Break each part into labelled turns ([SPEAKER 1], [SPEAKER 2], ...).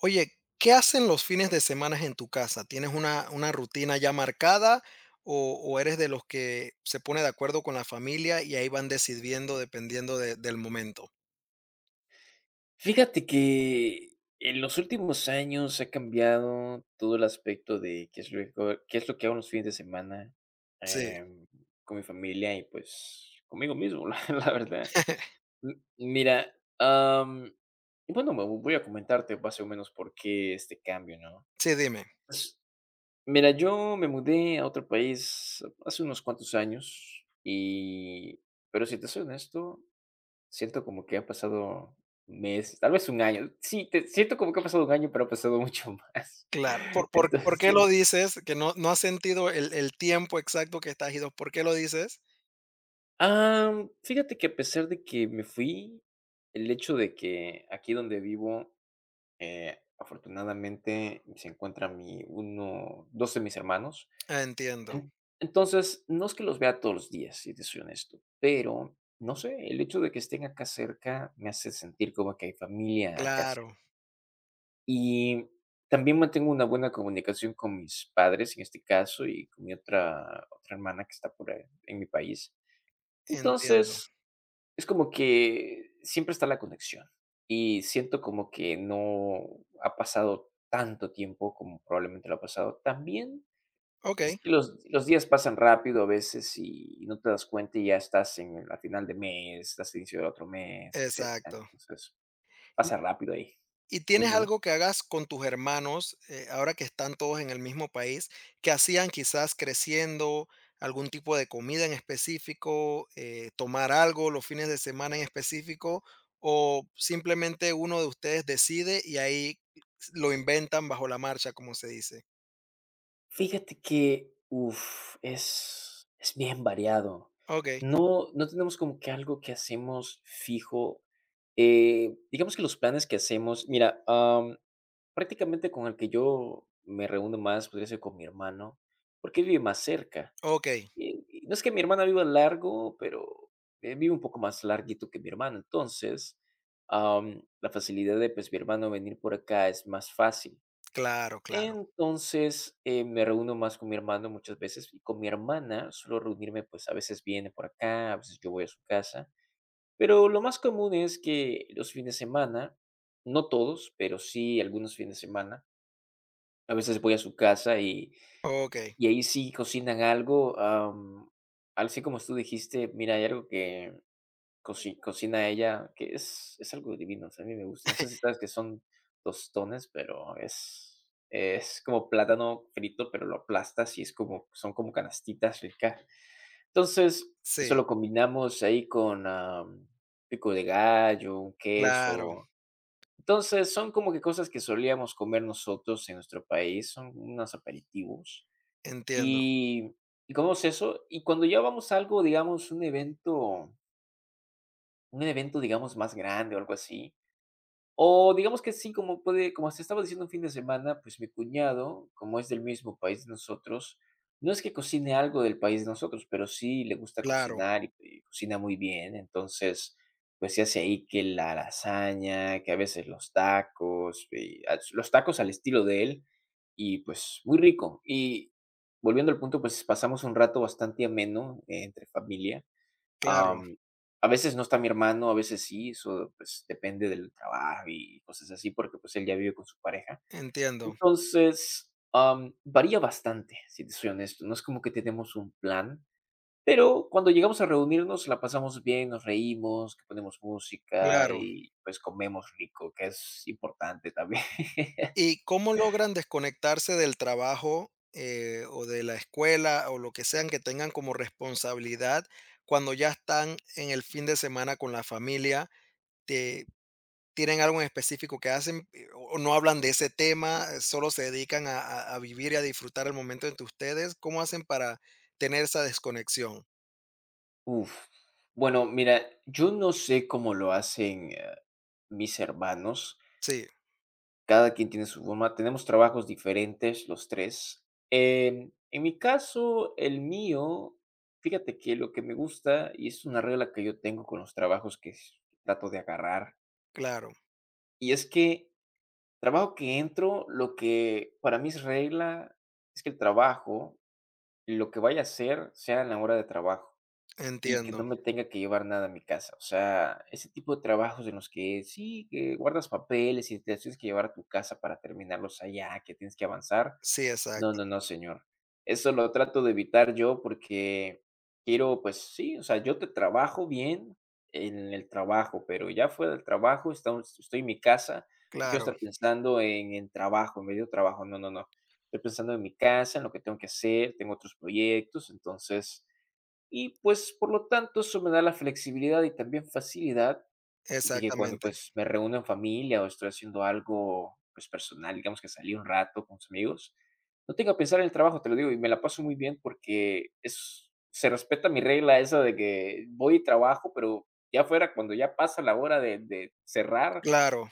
[SPEAKER 1] Oye, ¿qué hacen los fines de semana en tu casa? ¿Tienes una rutina ya marcada o eres de los que se pone de acuerdo con la familia y ahí van decidiendo dependiendo del momento?
[SPEAKER 2] Fíjate que en los últimos años ha cambiado todo el aspecto de qué es lo que hago los fines de semana
[SPEAKER 1] Sí,
[SPEAKER 2] em, con mi familia y pues conmigo mismo, la verdad. Mira, am, y bueno, me voy a comentarte más o menos por qué este cambio, ¿no?
[SPEAKER 1] sí, dime.
[SPEAKER 2] Pues, mira, yo me mudé a otro país hace unos cuantos años y, pero si te soy honesto, siento como que ha pasado meses, tal vez un año. Sí, te siento como que ha pasado un año, pero ha pasado mucho más.
[SPEAKER 1] Claro. ¿Por, por, por qué lo
[SPEAKER 2] Entonces,
[SPEAKER 1] dices? Que no has sentido el tiempo exacto que estás ido. ¿Por qué lo dices?
[SPEAKER 2] fíjate que a pesar de que me fui, el hecho de que aquí donde vivo, afortunadamente se encuentra mi uno, dos de mis hermanos.
[SPEAKER 1] Ah, entiendo.
[SPEAKER 2] En- entonces, no es que los vea todos los días, si te soy honesto, pero no sé, el hecho de que estén acá cerca me hace sentir como que hay familia acá.
[SPEAKER 1] Claro,
[SPEAKER 2] Y también mantengo una buena comunicación con mis padres, en este caso, y con mi otra hermana que está por ahí en mi país.
[SPEAKER 1] entiendo.
[SPEAKER 2] Entonces, es como que siempre está la conexión, y siento como que no ha pasado tanto tiempo como probablemente lo ha pasado. También
[SPEAKER 1] Ok,
[SPEAKER 2] es que los días pasan rápido a veces y no te das cuenta y ya estás en la final de mes, estás a inicio del otro mes, etcétera.
[SPEAKER 1] exacto.
[SPEAKER 2] Entonces, pasa rápido ahí.
[SPEAKER 1] ¿Y tienes
[SPEAKER 2] Ujú.
[SPEAKER 1] algo que hagas con tus hermanos, ahora que están todos en el mismo país, que hacían quizás creciendo, algún tipo de comida en específico, tomar algo los fines de semana en específico, o simplemente uno de ustedes decide y ahí lo inventan bajo la marcha, como se dice?
[SPEAKER 2] Fíjate que, uf, es bien variado.
[SPEAKER 1] Okey,
[SPEAKER 2] No tenemos como que algo que hacemos fijo. Digamos que los planes que hacemos mira, prácticamente con el que yo me reúno más podría ser con mi hermano, porque él vive más cerca.
[SPEAKER 1] okey,
[SPEAKER 2] Y no es que mi hermana viva largo, pero él vive un poco más larguito que mi hermano. Entonces, la facilidad de, pues, mi hermano venir por acá es más fácil.
[SPEAKER 1] claro, claro.
[SPEAKER 2] Entonces, me reúno más con mi hermano muchas veces y con mi hermana suelo reunirme, pues a veces viene por acá, a veces yo voy a su casa, pero lo más común es que los fines de semana, no todos, pero sí algunos fines de semana, a veces voy a su casa y,
[SPEAKER 1] Okey,
[SPEAKER 2] y ahí sí cocinan algo, así como tú dijiste, mira, hay algo que cocina ella, que es algo divino, o sea, a mí me gusta. No sé si sabes que son tostones, pero es como plátano frito, pero lo aplastas y es como son como canastitas ricas. Entonces, eso
[SPEAKER 1] sí,
[SPEAKER 2] lo combinamos ahí con, pico de gallo, un
[SPEAKER 1] claro,
[SPEAKER 2] queso. Entonces, son como que cosas que solíamos comer nosotros en nuestro país, son unos aperitivos.
[SPEAKER 1] entiendo,
[SPEAKER 2] Y y comemos eso, y cuando ya vamos a algo, digamos, un evento, digamos, más grande o algo así. O digamos que sí, como puede, como se estaba diciendo un fin de semana, pues mi cuñado, como es del mismo país de nosotros, no es que cocine algo del país de nosotros, pero sí le gusta
[SPEAKER 1] claro,
[SPEAKER 2] cocinar y cocina muy bien. Entonces, pues se hace ahí que la lasaña, que a veces los tacos, y los tacos al estilo de él, y pues muy rico. Y volviendo al punto, pues pasamos un rato bastante ameno entre familia
[SPEAKER 1] claro,
[SPEAKER 2] Am, a veces no está mi hermano, a veces sí, eso, pues, depende del trabajo y cosas así, porque, pues, él ya vive con su pareja.
[SPEAKER 1] entiendo,
[SPEAKER 2] Entonces, varía bastante, si te soy honesto, no es como que tenemos un plan, pero cuando llegamos a reunirnos la pasamos bien, nos reímos, que ponemos música
[SPEAKER 1] claro.
[SPEAKER 2] y, pues, comemos rico, que es importante también.
[SPEAKER 1] ¿Y cómo logran desconectarse del trabajo, o de la escuela, o lo que sean que tengan como responsabilidad cuando ya están en el fin de semana con la familia? ¿Te tienen algo en específico que hacen, o no hablan de ese tema, solo se dedican a vivir y a disfrutar el momento entre ustedes? ¿Cómo hacen para tener esa desconexión?
[SPEAKER 2] Uf, bueno, mira, yo no sé cómo lo hacen, mis hermanos.
[SPEAKER 1] Sí,
[SPEAKER 2] Cada quien tiene su forma. Tenemos trabajos diferentes los 3. En mi caso, el mío, fíjate que lo que me gusta, y es una regla que yo tengo con los trabajos que trato de agarrar,
[SPEAKER 1] claro,
[SPEAKER 2] y es que trabajo que entro, lo que para mí es regla, es que el trabajo, lo que vaya a hacer, sea en la hora de trabajo. Y que
[SPEAKER 1] entiendo.
[SPEAKER 2] no me tenga que llevar nada a mi casa. O sea, ese tipo de trabajos en los que sí, que guardas papeles y te los tienes que llevar a tu casa para terminarlos allá, que tienes que avanzar.
[SPEAKER 1] Sí,
[SPEAKER 2] No,
[SPEAKER 1] exacto,
[SPEAKER 2] no, no, señor. Eso lo trato de evitar yo porque quiero, pues sí, o sea, yo te trabajo bien en el trabajo, pero ya fuera del trabajo, estamos, estoy en mi casa, no quiero
[SPEAKER 1] claro,
[SPEAKER 2] estar pensando en el trabajo, en medio trabajo. No, no, no. Estoy pensando en mi casa, en lo que tengo que hacer, tengo otros proyectos, entonces y pues, por lo tanto, eso me da la flexibilidad y también facilidad de que cuando,
[SPEAKER 1] exactamente,
[SPEAKER 2] pues, me reúno en familia o estoy haciendo algo, pues, personal, digamos que salí un rato con mis amigos, no tengo que pensar en el trabajo, te lo digo, y me la paso muy bien porque es se respeta mi regla esa de que voy y trabajo, pero ya fuera cuando ya pasa la hora de cerrar,
[SPEAKER 1] claro,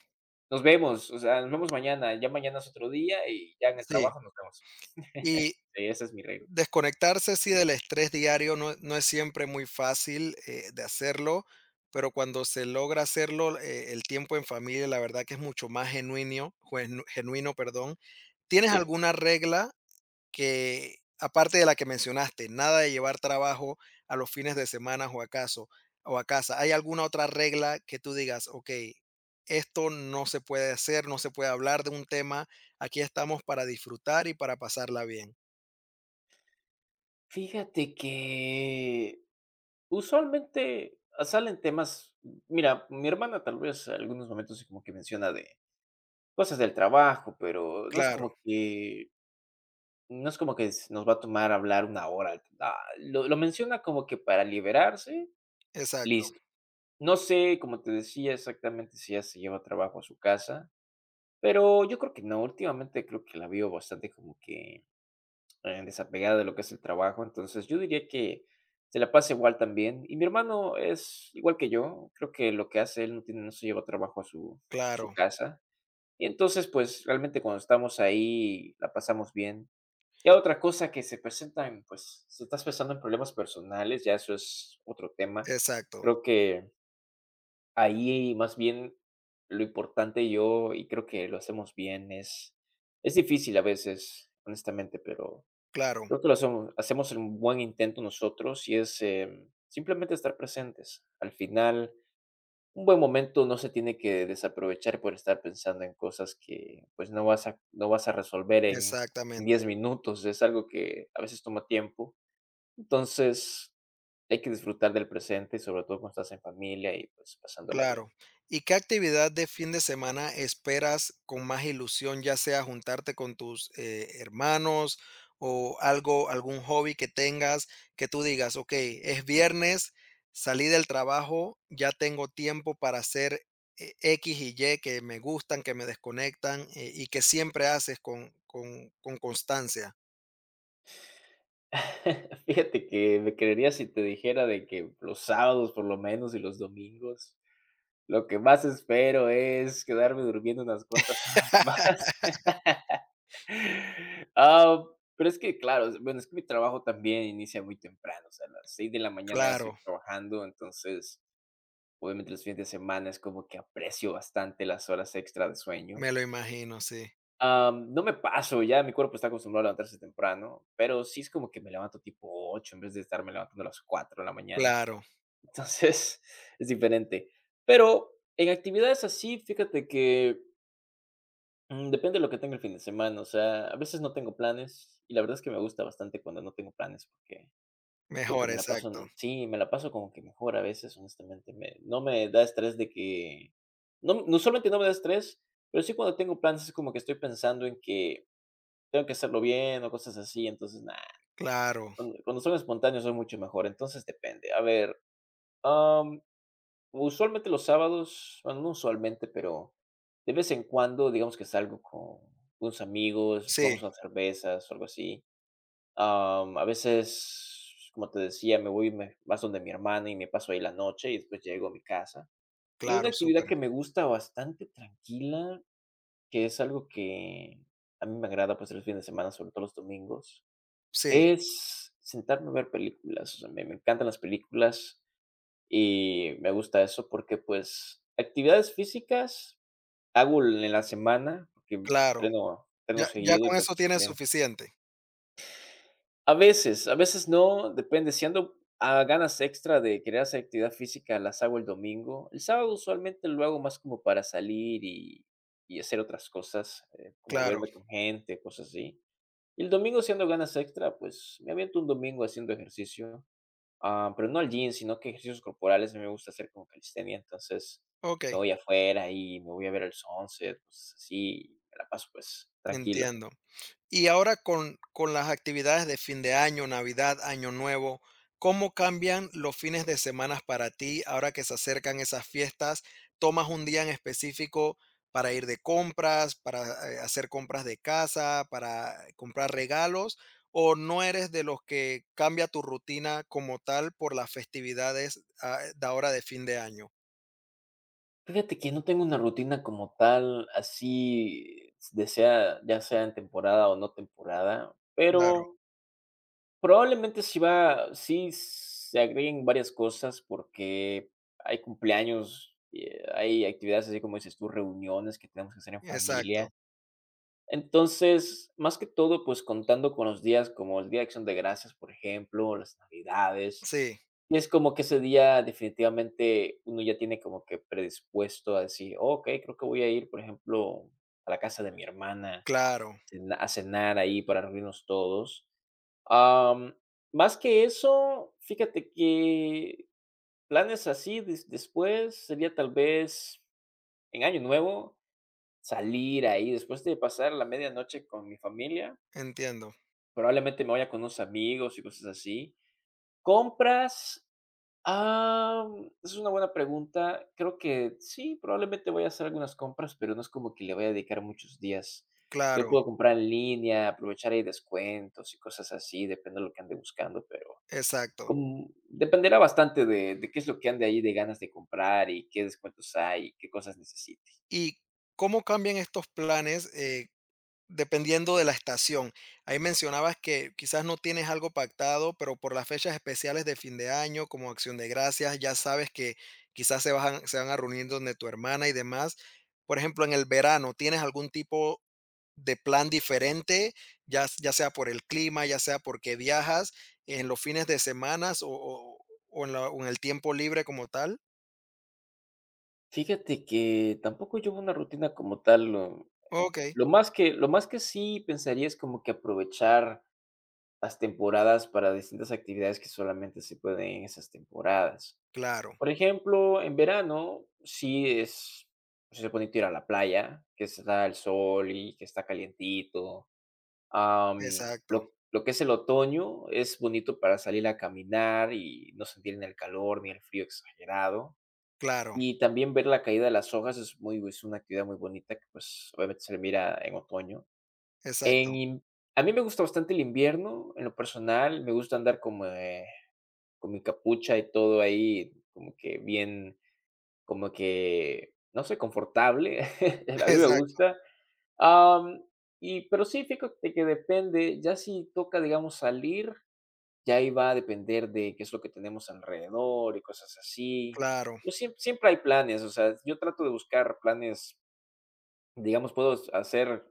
[SPEAKER 2] nos vemos, o sea, nos vemos mañana, ya mañana es otro día y ya en el
[SPEAKER 1] sí.
[SPEAKER 2] trabajo nos vemos.
[SPEAKER 1] Y
[SPEAKER 2] Sí, esa es mi regla.
[SPEAKER 1] desconectarse, sí, del estrés diario no es siempre muy fácil, de hacerlo, pero cuando se logra hacerlo, el tiempo en familia, la verdad que es mucho más genuino, perdón. ¿Tienes
[SPEAKER 2] Sí.
[SPEAKER 1] alguna regla que, aparte de la que mencionaste, nada de llevar trabajo a los fines de semana o acaso o a casa? ¿Hay alguna otra regla que tú digas: "Okey, esto no se puede hacer, no se puede hablar de un tema, aquí estamos para disfrutar y para pasarla bien"?
[SPEAKER 2] Fíjate que usualmente, salen temas mira, mi hermana tal vez algunos momentos sí como que menciona de cosas del trabajo, pero no es
[SPEAKER 1] Claro,
[SPEAKER 2] como que no es como que s nos va a tomar hablar una hora. Ah, lo menciona como que para liberarse,
[SPEAKER 1] exacto.
[SPEAKER 2] listo. No sé, como te decía, exactamente si ella se lleva trabajo a su casa, pero yo creo que no. Últimamente creo que la veo bastante como que desapegada de lo que es el trabajo. Entonces, yo diría que se la pasa igual también. Y mi hermano es igual que yo. Creo que lo que hace él no tiene, no se lleva trabajo a su
[SPEAKER 1] Claro,
[SPEAKER 2] casa. Y entonces, pues realmente cuando estamos ahí, la pasamos bien. Ya otra cosa que se presentan, pues, si estás pensando en problemas personales, ya eso es otro tema.
[SPEAKER 1] exacto,
[SPEAKER 2] Creo que ahí más bien lo importante yo, y creo que lo hacemos bien, es difícil a veces, honestamente, pero
[SPEAKER 1] claro,
[SPEAKER 2] creo que lo hacemos un buen intento nosotros y es, simplemente estar presentes. Al final, un buen momento no se tiene que desaprovechar por estar pensando en cosas que, pues, no vas a resolver en
[SPEAKER 1] exactamente,
[SPEAKER 2] 10 minutos, es algo que a veces toma tiempo. Entonces, hay que disfrutar del presente, sobre todo cuando estás en familia y, pues, pasándola bien.
[SPEAKER 1] claro. ¿Y qué actividad de fin de semana esperas con más ilusión, ya sea juntarte con tus, hermanos o algo, algún hobby que tengas que tú digas: "Okey, es viernes, salí del trabajo, ya tengo tiempo para hacer e equis y ye que me gustan, que me desconectan, y que siempre haces con constancia".
[SPEAKER 2] Fíjate que me creerías si te dijera de que los sábados, por lo menos, y los domingos, lo que más espero es quedarme durmiendo unas cuantas horas más. Ah, pero es que, claro, bueno, es que mi trabajo también inicia muy temprano, o sea, a las 6 de la mañana ya estoy
[SPEAKER 1] Claro,
[SPEAKER 2] trabajando, entonces, obviamente, los fines de semana es como que aprecio bastante las horas extra de sueño.
[SPEAKER 1] me lo imagino, sí.
[SPEAKER 2] No me paso, ya mi cuerpo está acostumbrado a levantarse temprano, pero sí es como que me levanto tipo 8 en vez de estarme levantando a las 4 de la mañana.
[SPEAKER 1] Claro,
[SPEAKER 2] Entonces, es diferente. Pero en actividades así, fíjate que depende de lo que tenga el fin de semana. O sea, a veces no tengo planes y la verdad es que me gusta bastante cuando no tengo planes porque como que
[SPEAKER 1] mejor,
[SPEAKER 2] me la paso,
[SPEAKER 1] exacto.
[SPEAKER 2] sí, me la paso como que mejor a veces, honestamente. No me da estrés de que, no, no solamente no me da estrés, pero sí cuando tengo planes es como que estoy pensando en que tengo que hacerlo bien o cosas así. Entonces, nada,
[SPEAKER 1] Claro,
[SPEAKER 2] cuando son espontáneos soy mucho mejor. Entonces, depende. A ver. Usualmente los sábados, bueno, no usualmente, pero de vez en cuando, digamos que salgo con unos amigos, tomamos
[SPEAKER 1] sí,
[SPEAKER 2] unas cervezas o algo así. A veces, como te decía, me voy más donde mi hermana y me paso ahí la noche y después llego a mi casa. Y una
[SPEAKER 1] claro,
[SPEAKER 2] actividad
[SPEAKER 1] súper.
[SPEAKER 2] que me gusta bastante tranquila, que es algo que a mí me agrada pues los fines de semana, sobre todo los domingos,
[SPEAKER 1] Sí,
[SPEAKER 2] es sentarme a ver películas. O sea, me encantan las películas. Y me gusta eso porque, pues, actividades físicas hago en la semana, porque
[SPEAKER 1] claro.
[SPEAKER 2] entreno
[SPEAKER 1] Ya ya
[SPEAKER 2] seguido y,
[SPEAKER 1] con
[SPEAKER 2] pues,
[SPEAKER 1] eso tienes
[SPEAKER 2] también
[SPEAKER 1] suficiente.
[SPEAKER 2] a veces no, depende, si ando a ganas extra de querer hacer actividad física, las hago el domingo. El sábado usualmente lo hago más como para salir y hacer otras cosas, como
[SPEAKER 1] Claro,
[SPEAKER 2] verme con gente, cosas así. Y el domingo, si ando ganas extra, pues, me aviento un domingo haciendo ejercicio. Ah, pero no al gym, sino que ejercicios corporales, a mí me gusta hacer como calistenia. Entonces me
[SPEAKER 1] okey,
[SPEAKER 2] voy afuera y me voy a ver el sunset, pues así, me la paso pues tranquilo.
[SPEAKER 1] entiendo. Y ahora con las actividades de fin de año, Navidad, Año Nuevo, ¿cómo cambian los fines de semana para ti ahora que se acercan esas fiestas? ¿Tomas un día en específico para ir de compras, para hacer compras de casa, para comprar regalos? ¿O no eres de los que cambia tu rutina como tal por las festividades de ahora de fin de año?
[SPEAKER 2] Fíjate que no tengo una rutina como tal, así, de sea, ya sea en temporada o no temporada,
[SPEAKER 1] Claro,
[SPEAKER 2] pero probablemente sí va, sí se agreguen varias cosas porque hay cumpleaños, hay actividades así como dices tú, reuniones que tenemos que hacer en familia.
[SPEAKER 1] exacto.
[SPEAKER 2] Entonces, más que todo, pues contando con los días como el Día de Acción de Gracias, por ejemplo, o las Navidades,
[SPEAKER 1] Sí,
[SPEAKER 2] y es como que ese día definitivamente uno ya tiene como que predispuesto a decir, "Oh, okey, creo que voy a ir, por ejemplo, a la casa de mi hermana
[SPEAKER 1] claro,
[SPEAKER 2] cena a cenar ahí para reunirnos todos". Am, Más que eso, fíjate que planes así después sería tal vez en Año Nuevo salir ahí después de pasar la medianoche con mi familia.
[SPEAKER 1] entiendo.
[SPEAKER 2] Probablemente me vaya con unos amigos y cosas así. ¿Compras? Es una buena pregunta. Creo que sí, probablemente voy a hacer algunas compras, pero no es como que le voy a dedicar muchos días. Yo
[SPEAKER 1] Claro,
[SPEAKER 2] puedo comprar en línea, aprovechar ahí descuentos y cosas así, depende de lo que ande buscando, pero
[SPEAKER 1] exacto.
[SPEAKER 2] como dependerá bastante de qué es lo que ande ahí de ganas de comprar y qué descuentos hay y qué cosas necesite.
[SPEAKER 1] ¿Y cómo cambian estos planes dependiendo de la estación? Ahí mencionabas que quizás no tienes algo pactado, pero por las fechas especiales de fin de año, como Acción de Gracias, ya sabes que quizás se van a reunir donde tu hermana y demás. Por ejemplo, en el verano, ¿tienes algún tipo de plan diferente, ya, ya sea por el clima, ya sea porque viajas en los fines de semana o en o en el tiempo libre como tal?
[SPEAKER 2] Fíjate que tampoco llevo una rutina como tal.
[SPEAKER 1] Ok,
[SPEAKER 2] Lo más que sí pensaría es como que aprovechar las temporadas para distintas actividades que solamente se pueden en esas temporadas.
[SPEAKER 1] claro,
[SPEAKER 2] Por ejemplo, en verano sí es, pues, es bonito ir a la playa, que está el sol y que está calientito. Am,
[SPEAKER 1] exacto,
[SPEAKER 2] lo que es el otoño es bonito para salir a caminar y no sentir ni el calor ni el frío exagerado.
[SPEAKER 1] claro,
[SPEAKER 2] Y también ver la caída de las hojas es muy es una actividad muy bonita que, pues, obviamente se mira en otoño.
[SPEAKER 1] exacto.
[SPEAKER 2] En in A mí me gusta bastante el invierno, en lo personal, me gusta andar como, con mi capucha y todo ahí, como que bien, como que, no sé, confortable, a mí me
[SPEAKER 1] Exacto,
[SPEAKER 2] gusta, am, y pero sí, fíjate que depende, ya si toca, digamos, salir, ya ahí va a depender de qué es lo que tenemos alrededor y cosas así.
[SPEAKER 1] claro,
[SPEAKER 2] Yo siempre hay planes, o sea, yo trato de buscar planes. Digamos, puedo hacer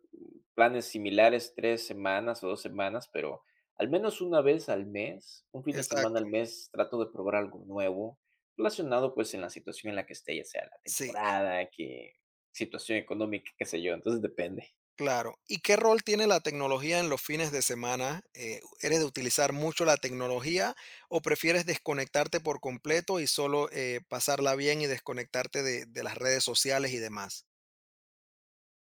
[SPEAKER 2] planes similares 3 semanas o 2 semanas, pero al menos una vez al mes, un fin de semana
[SPEAKER 1] exacto.
[SPEAKER 2] al mes, trato de probar algo nuevo relacionado, pues, en la situación en la que esté, ya sea la
[SPEAKER 1] Sí,
[SPEAKER 2] temporada, que situación económica, qué sé yo, entonces depende.
[SPEAKER 1] claro. ¿Y qué rol tiene la tecnología en los fines de semana? ¿Eres de utilizar mucho la tecnología o prefieres desconectarte por completo y solo, pasarla bien y desconectarte de las redes sociales y demás?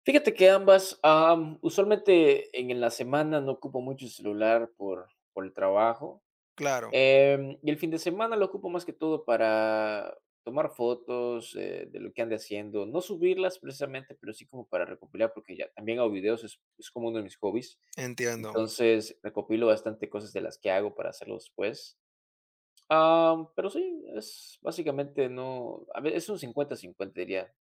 [SPEAKER 2] Fíjate que ambas. Usualmente en la semana no ocupo mucho el celular por el trabajo.
[SPEAKER 1] Claro,
[SPEAKER 2] Y el fin de semana lo ocupo más que todo para tomar fotos, de lo que ande haciendo, no subirlas precisamente, pero sí como para recopilar, porque ya también hago videos, es como uno de mis hobbies.
[SPEAKER 1] entiendo,
[SPEAKER 2] Entonces, recopilo bastante cosas de las que hago para hacerlo después. Pero sí, es básicamente no, a ver, es un cincuenta-cincuenta diría.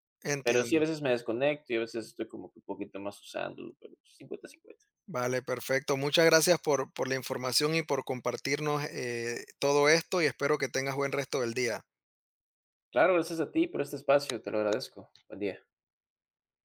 [SPEAKER 2] Pero sí, a
[SPEAKER 1] entiendo.
[SPEAKER 2] veces me desconecto y a veces estoy como que un poquito más usándolo, pero cincuenta 50.
[SPEAKER 1] Vale, perfecto. Muchas gracias por la información y por compartirnos, todo esto, y espero que tengas buen resto del día.
[SPEAKER 2] Claro, gracias a ti por este espacio, te lo agradezco. Buen día.